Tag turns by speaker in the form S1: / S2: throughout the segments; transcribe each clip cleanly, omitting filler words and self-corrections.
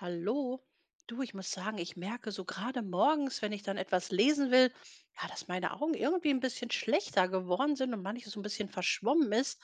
S1: Hallo. Du, ich muss sagen, ich merke so gerade morgens, wenn ich dann etwas lesen will, ja, dass meine Augen irgendwie ein bisschen schlechter geworden sind und manches so ein bisschen verschwommen ist.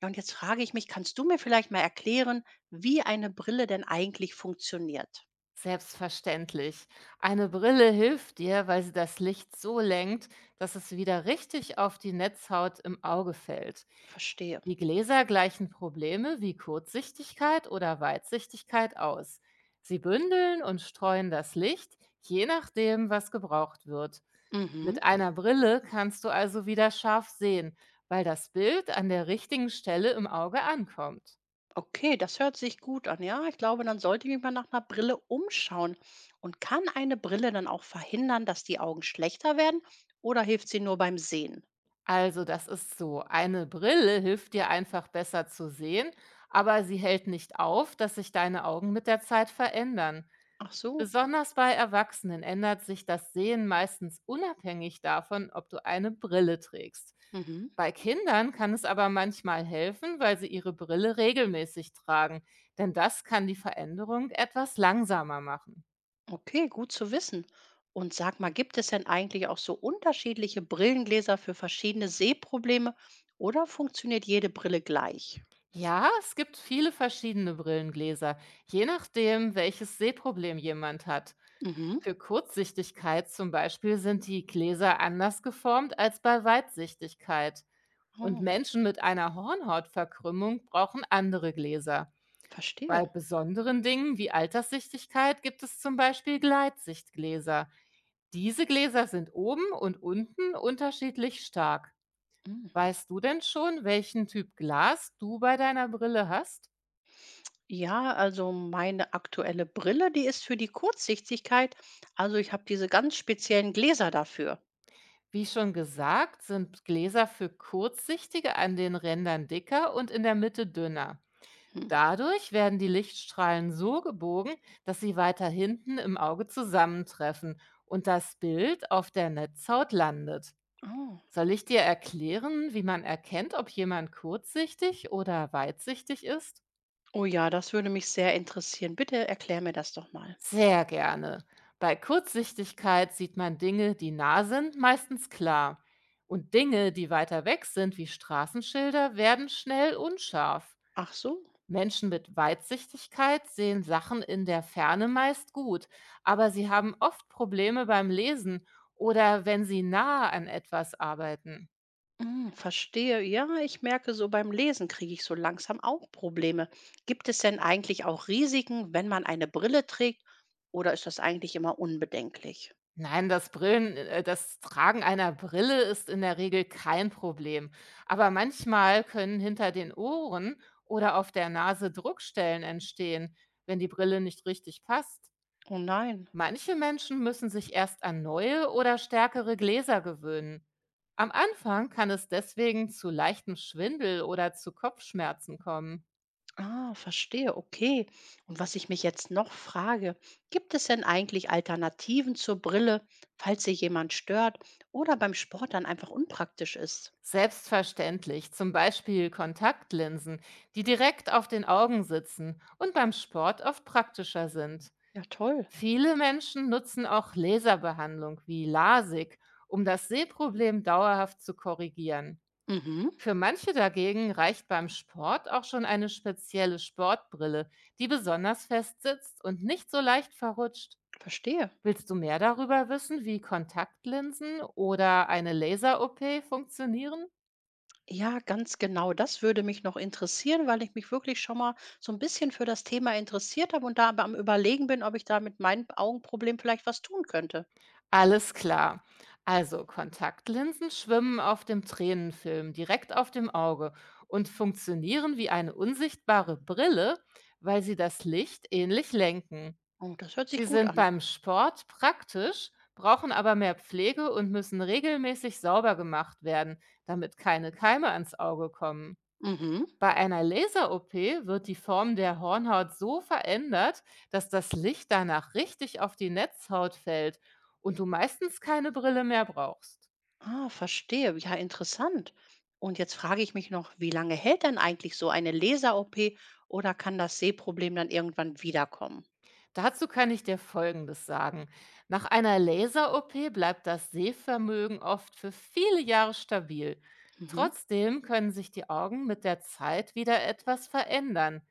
S1: Ja, und jetzt frage ich mich, kannst du mir vielleicht mal erklären, wie eine Brille denn eigentlich funktioniert?
S2: Selbstverständlich. Eine Brille hilft dir, weil sie das Licht so lenkt, dass es wieder richtig auf die Netzhaut im Auge fällt.
S1: Verstehe.
S2: Die Gläser gleichen Probleme wie Kurzsichtigkeit oder Weitsichtigkeit aus. Sie bündeln und streuen das Licht, je nachdem, was gebraucht wird.
S1: Mhm.
S2: Mit einer Brille kannst du also wieder scharf sehen, weil das Bild an der richtigen Stelle im Auge ankommt.
S1: Okay, das hört sich gut an. Ja, ich glaube, dann sollte ich mich mal nach einer Brille umschauen. Und kann eine Brille dann auch verhindern, dass die Augen schlechter werden oder hilft sie nur beim Sehen?
S2: Also, das ist so. Eine Brille hilft dir einfach besser zu sehen, aber sie hält nicht auf, dass sich deine Augen mit der Zeit verändern.
S1: Ach so.
S2: Besonders bei Erwachsenen ändert sich das Sehen meistens unabhängig davon, ob du eine Brille trägst.
S1: Mhm.
S2: Bei Kindern kann es aber manchmal helfen, weil sie ihre Brille regelmäßig tragen, denn das kann die Veränderung etwas langsamer machen.
S1: Okay, gut zu wissen. Und sag mal, gibt es denn eigentlich auch so unterschiedliche Brillengläser für verschiedene Sehprobleme oder funktioniert jede Brille gleich?
S2: Ja, es gibt viele verschiedene Brillengläser, je nachdem, welches Sehproblem jemand hat.
S1: Mhm.
S2: Für Kurzsichtigkeit zum Beispiel sind die Gläser anders geformt als bei Weitsichtigkeit. Und
S1: Oh,
S2: Menschen mit einer Hornhautverkrümmung brauchen andere Gläser.
S1: verstehe.
S2: Bei besonderen Dingen wie Alterssichtigkeit gibt es zum Beispiel Gleitsichtgläser. Diese Gläser sind oben und unten unterschiedlich stark.
S1: Mm.
S2: Weißt du denn schon, welchen Typ Glas du bei deiner Brille hast?
S1: Ja, also meine aktuelle Brille, die ist für die Kurzsichtigkeit. Also ich habe diese ganz speziellen Gläser dafür.
S2: Wie schon gesagt, sind Gläser für Kurzsichtige an den Rändern dicker und in der Mitte dünner.
S1: Hm.
S2: Dadurch werden die Lichtstrahlen so gebogen, dass sie weiter hinten im Auge zusammentreffen und das Bild auf der Netzhaut landet.
S1: Oh.
S2: Soll ich dir erklären, wie man erkennt, ob jemand kurzsichtig oder weitsichtig ist?
S1: Oh ja, das würde mich sehr interessieren. Bitte erklär mir das doch mal.
S2: Sehr gerne. Bei Kurzsichtigkeit sieht man Dinge, die nah sind, meistens klar. Und Dinge, die weiter weg sind, wie Straßenschilder, werden schnell unscharf.
S1: Ach so.
S2: Menschen mit Weitsichtigkeit sehen Sachen in der Ferne meist gut, aber sie haben oft Probleme beim Lesen oder wenn sie nah an etwas arbeiten.
S1: Mm, verstehe. Ja, ich merke, so beim Lesen kriege ich so langsam auch Probleme. Gibt es denn eigentlich auch Risiken, wenn man eine Brille trägt? Oder ist das eigentlich immer unbedenklich?
S2: Nein, das das Tragen einer Brille ist in der Regel kein Problem. Aber manchmal können hinter den Ohren oder auf der Nase Druckstellen entstehen, wenn die Brille nicht richtig passt.
S1: Oh nein.
S2: Manche Menschen müssen sich erst an neue oder stärkere Gläser gewöhnen. Am Anfang kann es deswegen zu leichtem Schwindel oder zu Kopfschmerzen kommen.
S1: Ah, verstehe. Okay. Und was ich mich jetzt noch frage, gibt es denn eigentlich Alternativen zur Brille, falls sich jemand stört oder beim Sport dann einfach unpraktisch ist?
S2: Selbstverständlich, zum Beispiel Kontaktlinsen, die direkt auf den Augen sitzen und beim Sport oft praktischer sind.
S1: Ja, toll.
S2: Viele Menschen nutzen auch Laserbehandlung wie LASIK, um das Sehproblem dauerhaft zu korrigieren.
S1: Mhm,
S2: Für manche dagegen reicht beim Sport auch schon eine spezielle Sportbrille, die besonders fest sitzt und nicht so leicht verrutscht.
S1: verstehe.
S2: Willst du mehr darüber wissen, wie Kontaktlinsen oder eine Laser-OP funktionieren?
S1: Ja, ganz genau. Das würde mich noch interessieren, weil ich mich wirklich schon mal so ein bisschen für das Thema interessiert habe und da aber am Überlegen bin, ob ich da mit meinem Augenproblem vielleicht was tun könnte.
S2: Alles klar. Also Kontaktlinsen schwimmen auf dem Tränenfilm direkt auf dem Auge und funktionieren wie eine unsichtbare Brille, weil sie das Licht ähnlich lenken.
S1: Oh, das hört
S2: Sie
S1: sich gut
S2: sind
S1: an.
S2: beim Sport praktisch, brauchen aber mehr Pflege und müssen regelmäßig sauber gemacht werden, damit keine Keime ans Auge kommen.
S1: Mhm.
S2: Bei einer Laser-OP wird die Form der Hornhaut so verändert, dass das Licht danach richtig auf die Netzhaut fällt und du meistens keine Brille mehr brauchst.
S1: Ah, verstehe. Ja, interessant. Und jetzt frage ich mich noch, wie lange hält denn eigentlich so eine Laser-OP oder kann das Sehproblem dann irgendwann wiederkommen?
S2: Dazu kann ich dir Folgendes sagen. Nach einer Laser-OP bleibt das Sehvermögen oft für viele Jahre stabil.
S1: Mhm.
S2: Trotzdem können sich die Augen mit der Zeit wieder etwas verändern.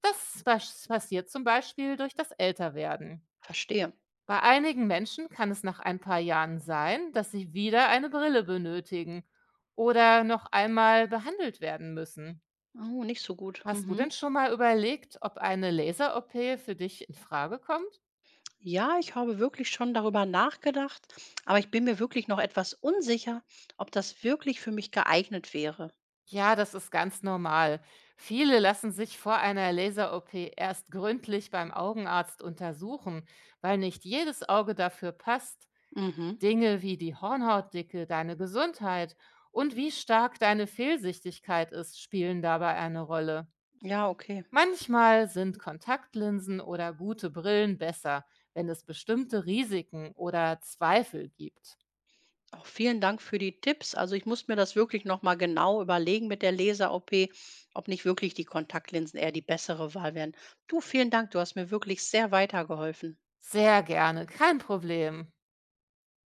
S2: Das passiert zum Beispiel durch das Älterwerden.
S1: Verstehe.
S2: Bei einigen Menschen kann es nach ein paar Jahren sein, dass sie wieder eine Brille benötigen oder noch einmal behandelt werden müssen.
S1: Oh, nicht so gut.
S2: Hast du
S1: Mhm.
S2: denn schon mal überlegt, ob eine Laser-OP für dich in Frage kommt?
S1: Ja, ich habe wirklich schon darüber nachgedacht, aber ich bin mir wirklich noch etwas unsicher, ob das wirklich für mich geeignet wäre.
S2: Ja, das ist ganz normal. Viele lassen sich vor einer Laser-OP erst gründlich beim Augenarzt untersuchen, weil nicht jedes Auge dafür passt.
S1: Mhm.
S2: Dinge wie die Hornhautdicke, deine Gesundheit und wie stark deine Fehlsichtigkeit ist, spielen dabei eine Rolle.
S1: Ja, okay.
S2: Manchmal sind Kontaktlinsen oder gute Brillen besser, wenn es bestimmte Risiken oder Zweifel gibt.
S1: Auch vielen Dank für die Tipps. Also ich muss mir das wirklich nochmal genau überlegen mit der Laser-OP, ob nicht wirklich die Kontaktlinsen eher die bessere Wahl wären. Du, vielen Dank, du hast mir wirklich sehr weitergeholfen.
S2: Sehr gerne, kein Problem.